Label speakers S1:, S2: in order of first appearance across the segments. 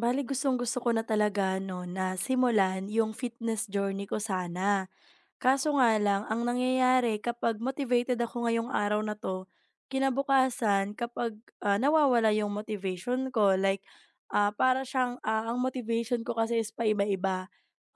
S1: Bali gustong-gusto ko na talaga 'no, na simulan yung fitness journey ko sana. Kaso nga lang, ang nangyayari kapag motivated ako ngayong araw na 'to, kinabukasan kapag, nawawala yung motivation ko like, para siyang, ang motivation ko kasi is paiba-iba.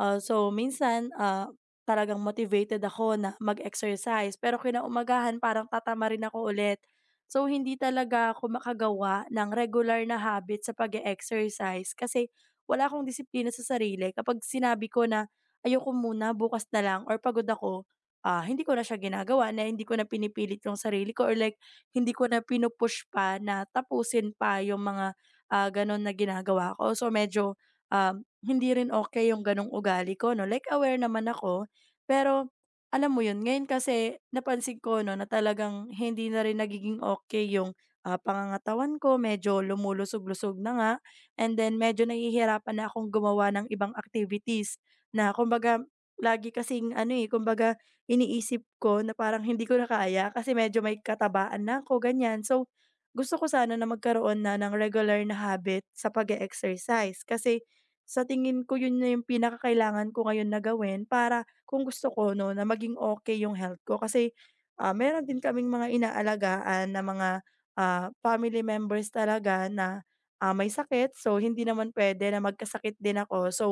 S1: So minsan, talagang motivated ako na mag-exercise pero kinaumagahan parang tatama rin ako ulit. So hindi talaga ako makagawa ng regular na habit sa pag exercise kasi wala akong disiplina sa sarili kapag sinabi ko na ayoko muna, bukas na lang or pagod ako, hindi ko na siya ginagawa na hindi ko na pinipilit yung sarili ko or like hindi ko na pinu pa na tapusin pa yung mga, gano'n na ginagawa ko. So medyo, hindi rin okay yung gano'ng ugali ko 'no, like aware naman ako, pero alam mo yun, ngayon kasi napansin ko 'no na talagang hindi na rin nagiging okay yung, pangangatawan ko, medyo lumulusog-lusog na nga and then medyo nahihirapan na akong gumawa ng ibang activities. Na kumbaga lagi kasing ano, eh, kumbaga iniisip ko na parang hindi ko na kaya kasi medyo may katabaan na ako, ganyan. So, gusto ko sana na magkaroon na ng regular na habit sa pag exercise kasi sa tingin ko yun na yung pinakakailangan ko ngayon na gawin para kung gusto ko 'no, na maging okay yung health ko. Kasi, meron din kaming mga inaalagaan na mga, family members talaga na, may sakit. So, hindi naman puwede na magkasakit din ako. So,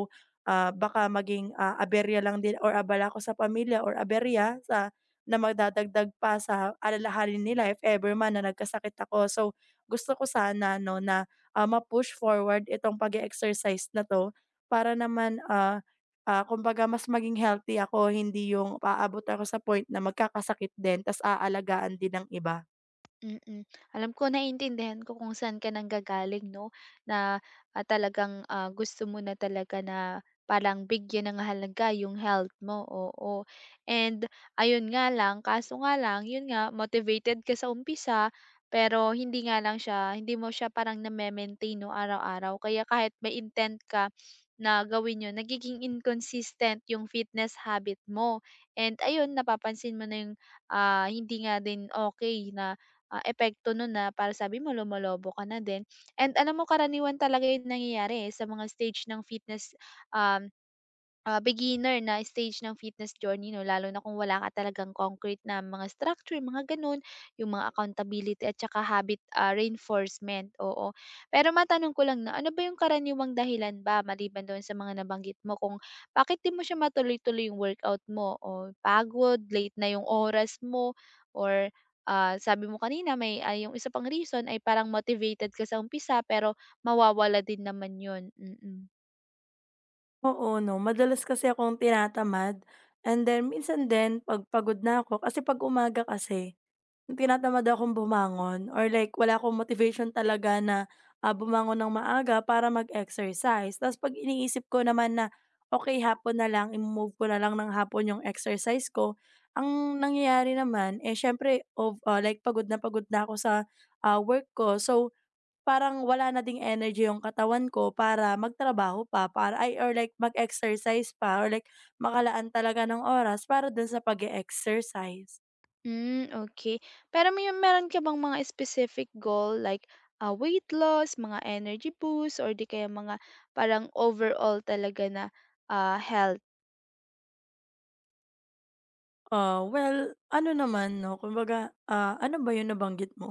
S1: baka maging, aberya lang din or abala ko sa pamilya or aberya sa na magdadagdag pa sa alalahanin nila if ever man na nagkasakit ako. So, gusto ko sana 'no na, ma-push forward itong pag exercise na 'to para naman, kumbaga mas maging healthy ako, hindi yung paabot ako sa point na magkakasakit din ta's aalagaan din ng iba.
S2: Mm. Alam ko naiintindihan ko kung saan ka nanggagaling 'no, na, talagang, gusto mo na talaga na parang bigyan ng halaga yung health mo, oo. And ayun nga lang, kaso nga lang, yun nga motivated ka sa umpisa, pero hindi mo siya parang name-maintain 'no, araw-araw. Kaya kahit may intent ka na gawin yun, nagiging inconsistent yung fitness habit mo. And ayun, napapansin mo na yung, hindi nga din okey na epekto nun na para sabi mo lumolobo ka na din. And alam mo karaniwan talaga yung nangyayari, eh, sa mga stage ng fitness, um, beginner na stage ng fitness journey 'no, lalo na kung wala ka talagang concrete na mga structure, mga gano'n, yung mga accountability at saka habit, reinforcement, oo. Pero matanong ko lang na ano ba yung karaniwang dahilan ba maliban doon sa mga nabanggit mo kung bakit di mo siya matuloy-tuloy yung workout mo o pagod, late na yung oras mo or, sabi mo kanina may, yung isa pang reason ay parang motivated ka sa umpisa pero mawawala din naman yun? Mm. Mm.
S1: Oo 'no, madalas kasi akong tinatamad and then minsan din 'pag pagod na ako kasi 'pag umaga kasi tinatamad akong bumangon or like wala akong motivation talaga na, bumangon ng maaga para mag-exercise. Ta's 'pag iniisip ko naman na, okay hapon na lang i ko na lang ng hapon yung exercise ko, ang nangyayari naman, eh, siyempre like pagod na ako sa, work ko. So, parang wala na ding energy yung katawan ko para magtrabaho pa para or like mag-exercise pa or like makalaan talaga ng oras para dun sa pag exercise.
S2: Hmm, okay. Pero meron ka bang mga specific goal like, weight loss, mga energy boost, or di kaya mga parang overall talaga na, health?
S1: Well, ano naman 'no, kumbaga, ano ba 'yung nabanggit mo?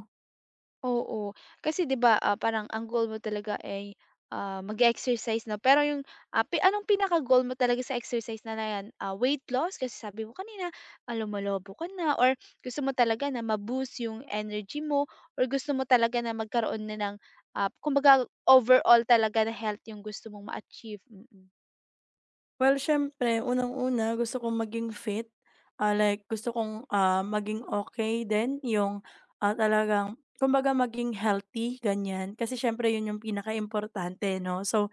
S2: Oo. Kasi 'di ba, parang ang goal mo talaga ay, mag exercise na pero yung, ah, pi anong pinaka-goal mo talaga sa exercise na na 'yan? Weight loss kasi sabi mo kanina, alam mo ka na or gusto mo talaga na ma-boost yung energy mo or gusto mo talaga na magkaroon na ng, kumbaga overall talaga na health yung gusto mong ma-achieve? Mm. Mm.
S1: Well, siyempre unang-una gusto kong maging fit, like gusto kong, maging okay din 'yung, talagang kumbaga maging healthy ganyan. Kasi siyempre 'yun 'yung pinaka importante 'no. So,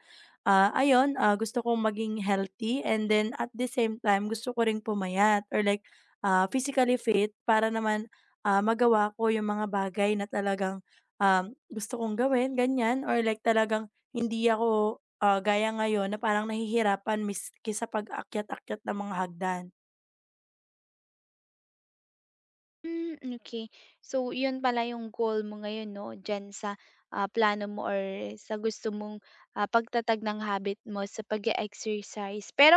S1: Ayun, gusto kong maging healthy and then at the same time gusto ko ring pumayat or like, physically fit para naman, magawa ko yung mga bagay na talagang, gusto kong gawin ganyan or like talagang hindi ako, gaya ngayon na parang nahihirapan miski sa pag-akyat-akyat ng mga hagdan.
S2: Hmm, okay. So, 'yun pala yung goal mo ngayon 'no, diyan sa, plano mo or sa gusto mong, pagtatag ng habit mo sa pag-e-exercise. Pero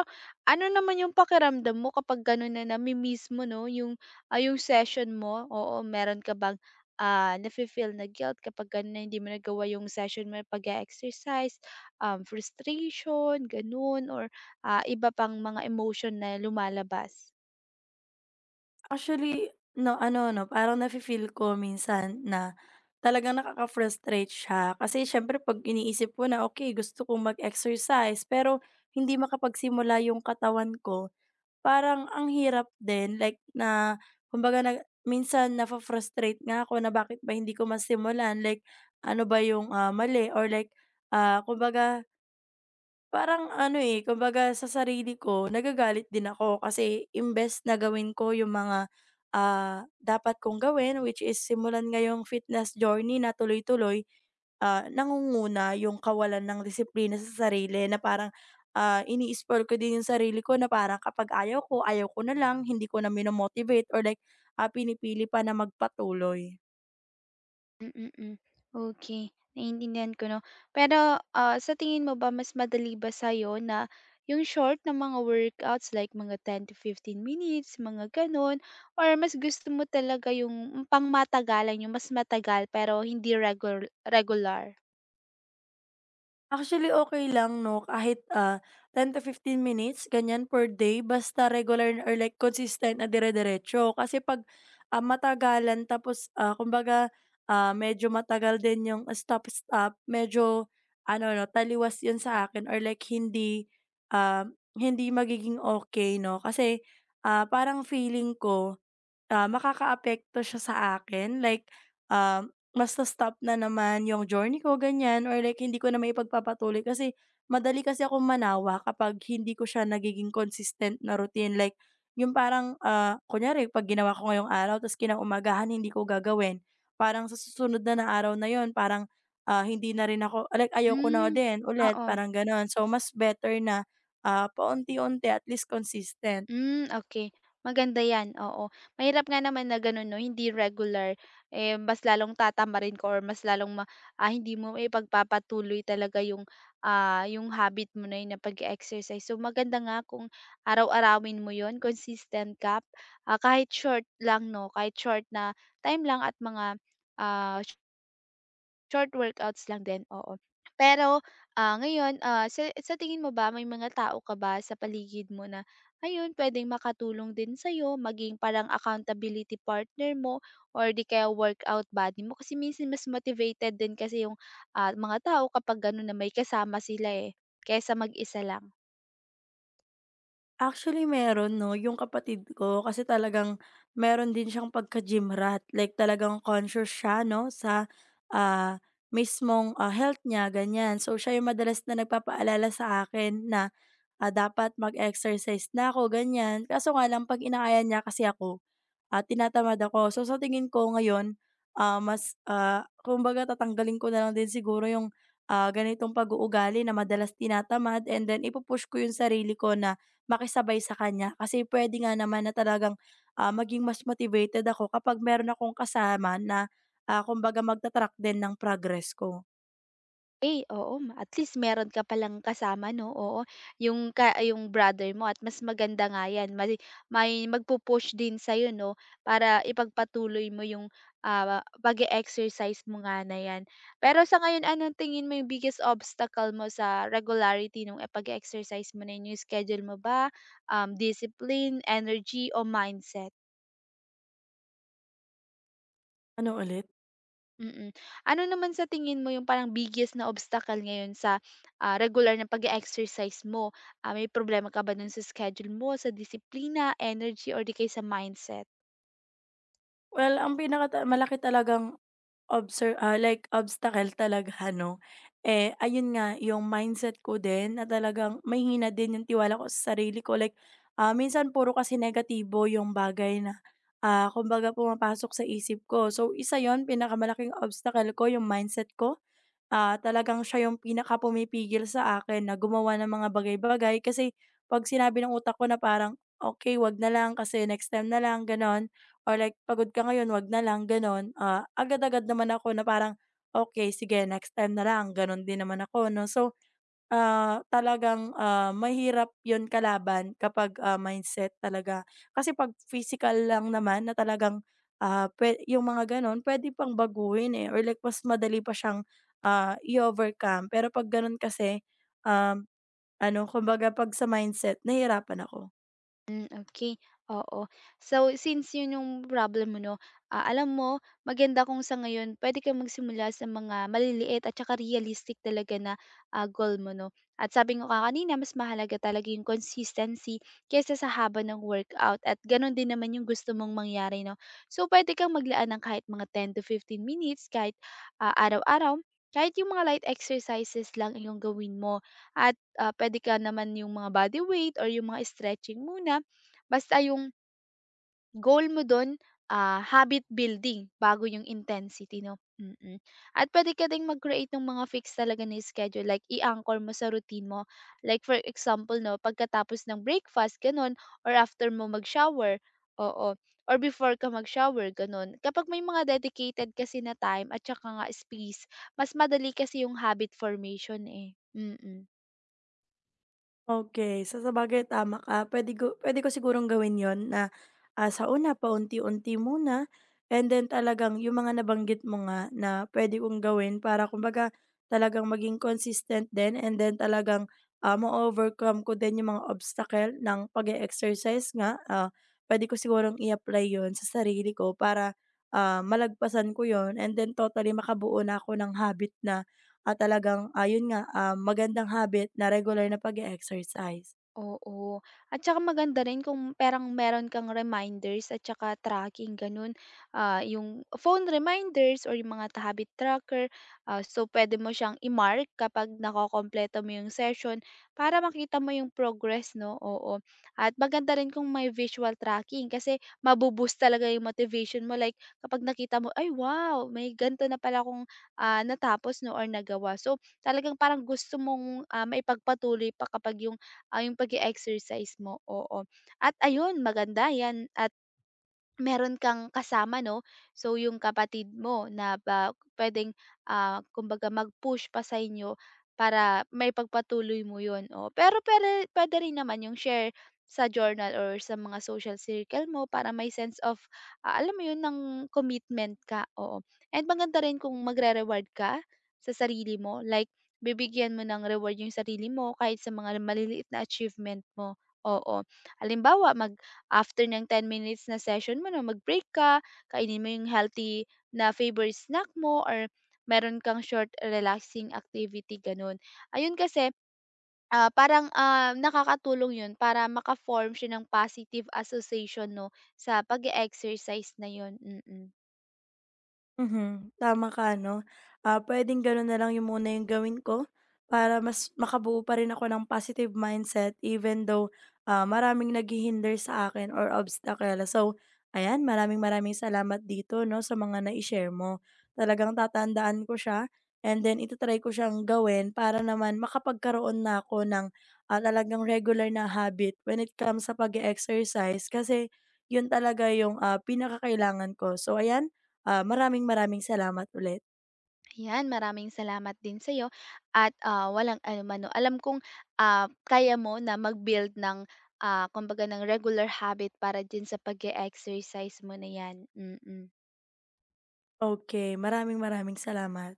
S2: ano naman yung pakiramdam mo kapag gano'n na nami-miss mo 'no, yung session mo? Oo, meron ka bang, nafi-feel na guilt kapag gano'n na hindi mo nagawa yung session mo pag-e-exercise, frustration, gano'n or, iba pang mga emotion na lumalabas?
S1: Actually, no ano 'no, parang nafi-feel ko minsan na talagang nakaka-frustrate siya. Kasi siyempre 'pag iniisip ko na, okay gusto kong mag-exercise pero hindi makapagsimula yung katawan ko, parang ang hirap din like na kumbaga na minsan nafu-frustrate nga ako na bakit ba hindi ko masimulan like ano ba yung, mali or like, kumbaga parang ano, eh, kumbaga sa sarili ko nagagalit din ako kasi imbes na gawin ko yung mga, dapat kong gawin which is simulan ngayong fitness journey na tuloy-tuloy, nangunguna yung kawalan ng disiplina sa sarili na parang, ini-spoil ko din yung sarili ko na parang kapag ayaw ko na lang, hindi ko na mino-motivate or like, pinipili pa na magpatuloy.
S2: Mm, hmm. Okey, naiintindihan ko 'no. Pero, sa tingin mo ba mas madali ba sa'yo na yung short na mga workouts like mga 10 to 15 minutes, mga gano'n or mas gusto mo talaga yung pangmatagalan, yung mas matagal pero hindi regular regular?
S1: Actually, okay lang 'no, kahit, 10 to 15 minutes ganyan per day basta regular or like consistent na dire-diretso. Kasi 'pag, matagalan tapos, kumbaga, medyo matagal din yung stop-stop, medyo ano 'no, taliwas yun sa akin or like hindi, hindi magiging okay 'no. Kasi, parang feeling ko makakaapekto siya sa akin like, mas na-stop na naman yung journey ko ganyan or like hindi ko na maipagpapatuloy kasi madali kasi ako manawa kapag hindi ko siya nagiging consistent na routine like yung parang, kunyari 'pag ginawa ko ngayong araw ta's kinaumagahan hindi ko gagawin, parang sa susunod na na araw na yun parang, hindi na rin ako like ayaw ko na
S2: Hmm,
S1: din ulit
S2: oo.
S1: parang gano'n. So mas better na, paunti-unti at least consistent.
S2: Hmm, okay. Maganda 'yan, oo. Mahirap nga naman na gano'n 'no, hindi regular, eh, mas lalong tatamarin ko, or mas lalong hindi mo maipagpapatuloy talaga yung habit mo na 'yun na pag exercise. So, maganda nga kung araw-arawin mo 'yun, consistent ka, kahit short lang 'no, kahit short na time lang at mga, ah short workouts lang din, oo. Pero, ngayon, sa tingin mo ba may mga tao ka ba sa paligid mo na ayun puwedeng makatulong din sa'yo maging parang accountability partner mo or di kaya workout buddy mo? Kasi minsan mas motivated din kasi yung, mga tao kapag gano'n na may kasama sila, eh, kaysa mag-isa lang.
S1: Actually meron 'no, yung kapatid ko kasi talagang meron din siyang pagka-gym rat, like talagang conscious siya 'no sa, ah, mismong, health niya ganyan. So siya yung madalas na nagpapaalala sa akin na, dapat mag-exercise na ako ganyan, kaso nga lang 'pag inaaya niya kasi ako tinatamad ako. So, sa tingin ko ngayon, kumbaga tatanggalin ko na lang din siguro yung, ganitong pag-uugali na madalas tinatamad and then ipupush ko yung sarili ko na makisabay sa kanya. Kasi puwede nga naman na talagang, maging mas motivated ako kapag meron akong kasama na, kumbaga din ng progress ko.
S2: Eh, oo at least meron ka palang kasama 'no, oo, yung brother mo at mas maganda nga yan may magpu-push din sa'yo 'no, para ipagpatuloy mo yung, pag exercise mo nga na yan. Pero sa ngayon anong tingin mo yung biggest obstacle mo sa regularity nung pag exercise mo na yun, yung schedule mo ba, discipline, energy o mindset?
S1: Ano ulit?
S2: Mm. Ano naman sa tingin mo yung parang biggest na obstacle ngayon sa, regular na pag exercise mo? Ah, may problema ka ba dun sa schedule mo, sa disiplina, energy, or di kaya sa mindset?
S1: Well, ang pinaka malaki talagang like obstacle talaga 'no. Eh, ayun nga yung mindset ko din na talagang mahihina din yung tiwala ko sa sarili ko like, minsan puro kasi negatibo yung bagay na, kumbaga pumapasok sa isip ko. So, isa yon pinakamalaking obstacle ko yung mindset ko. Talagang siya yung pinakapumipigil sa akin na gumawa ng mga bagay-bagay kasi 'pag sinabi ng utak ko na parang, "Okay 'wag na lang kasi next time na lang," gano'n or like, "Pagod ka ngayon, 'wag na lang," gano'n. Agad-agad naman ako na parang, "Okay sige next time na lang," gano'n din naman ako 'no. So, talagang, mahirap yon kalaban kapag, mindset talaga. Kasi 'pag physical lang naman na talagang, ah, pwe yung mga gano'n pwede pang baguhin, eh, or like mas madali pa siyang, i-overcome. Pero 'pag gano'n kasi, um, ano kumbaga 'pag sa mindset nahihirapan ako.
S2: Hmm, okey, oo. So, since yun yung problem mo 'no, alam mo maganda kung sa ngayon puwede kang magsimula sa mga maliliit at saka realistic talaga na, goal mo 'no. At sabi ko nga kanina mas mahalaga talaga yung consistency kaysa sa haba ng workout at gano'n din naman yung gusto mong mangyari 'no. So, puwede kang maglaan ng kahit mga 10 to 15 minutes kahit, araw-araw, kahit yung mga light exercises lang yung gawin mo. At, puwede ka naman yung mga body weight or yung mga stretching muna. Basta yung goal mo dun, habit building bago yung intensity 'no. Mm. At puwede ka ding mag-create ng mga fix talaga na schedule, like i-anchor mo sa routine mo. Like for example 'no, pagkatapos ng breakfast gano'n or after mo mag-shower, oo, or before ka mag-shower gano'n. Kapag may mga dedicated kasi na time at saka nga space, mas madali kasi yung habit formation, eh. Mm.
S1: Okey. So sabagay tama ka. Puwede ko sigurong gawin 'yon na, sa una paunti-unti muna and then talagang yung mga nabanggit mo nga na puwede kong gawin para kumbaga talagang maging consistent din and then talagang, ma-overcome ko din yung mga obstacle ng pag-e-exercise nga. Puwede ko sigurong i-apply 'yon sa sarili ko para, malagpasan ko 'yon and then totally makabuo na ako ng habit na at talagang, ayun nga, magandang habit na regular na pag exercise.
S2: Oo. At saka maganda rin kung parang meron kang reminders at saka tracking, ganun. Yung phone reminders or yung mga habit tracker. So, pwede mo siyang i-mark kapag nakokompleto mo yung session para makita mo yung progress, no? Oo. At maganda rin kung may visual tracking kasi mabuboost talaga yung motivation mo. Like, kapag nakita mo, ay wow, may ganito na pala akong natapos, no? Or nagawa. So, talagang parang gusto mong maipagpatuloy pa kapag yung pag exercise mo, oo. At ayun maganda yan at meron kang kasama 'no, so yung kapatid mo na ba puwedeng, kumbaga mag-push pa sa inyo para may pagpatuloy mo yun, oo. Pero puwede puwede rin naman yung share sa journal or sa mga social circle mo para may sense of, alam mo yun, ng commitment ka, oo. And maganda rin kung magre-reward ka sa sarili mo, like bibigyan mo ng reward yung sarili mo kahit sa mga maliliit na achievement mo, oo. Halimbawa after ng 10 minutes na session mo 'no, mag-break ka, kainin mo yung healthy na favorite snack mo or meron kang short relaxing activity, gano'n. Ayun kasi, parang, nakakatulong yun para maka-form siya ng positive association 'no, sa pag exercise na yun. Mm.
S1: Mhm, tama ka 'no. Puwedeng gano'n na lang yung muna 'yung gawin ko para mas makabuo pa rin ako ng positive mindset even though, maraming naghihinder sa akin or obstacle. So, ayan maraming maraming salamat dito 'no sa mga na share mo. Talagang tatandaan ko siya and then ita ko siyang gawin para naman makapagkaroon na ako ng, talagang regular na habit when it comes sa pag exercise kasi 'yun talaga 'yung, pinakakailangan ko. So ayan, maraming maraming salamat ulit.
S2: Yan, maraming salamat din sa'yo at, walang ano 'no. Alam kong, kaya mo na mag-build ng, kumbaga ng regular habit para din sa pag exercise mo na yan. Mm. Mm.
S1: Okay, maraming maraming salamat.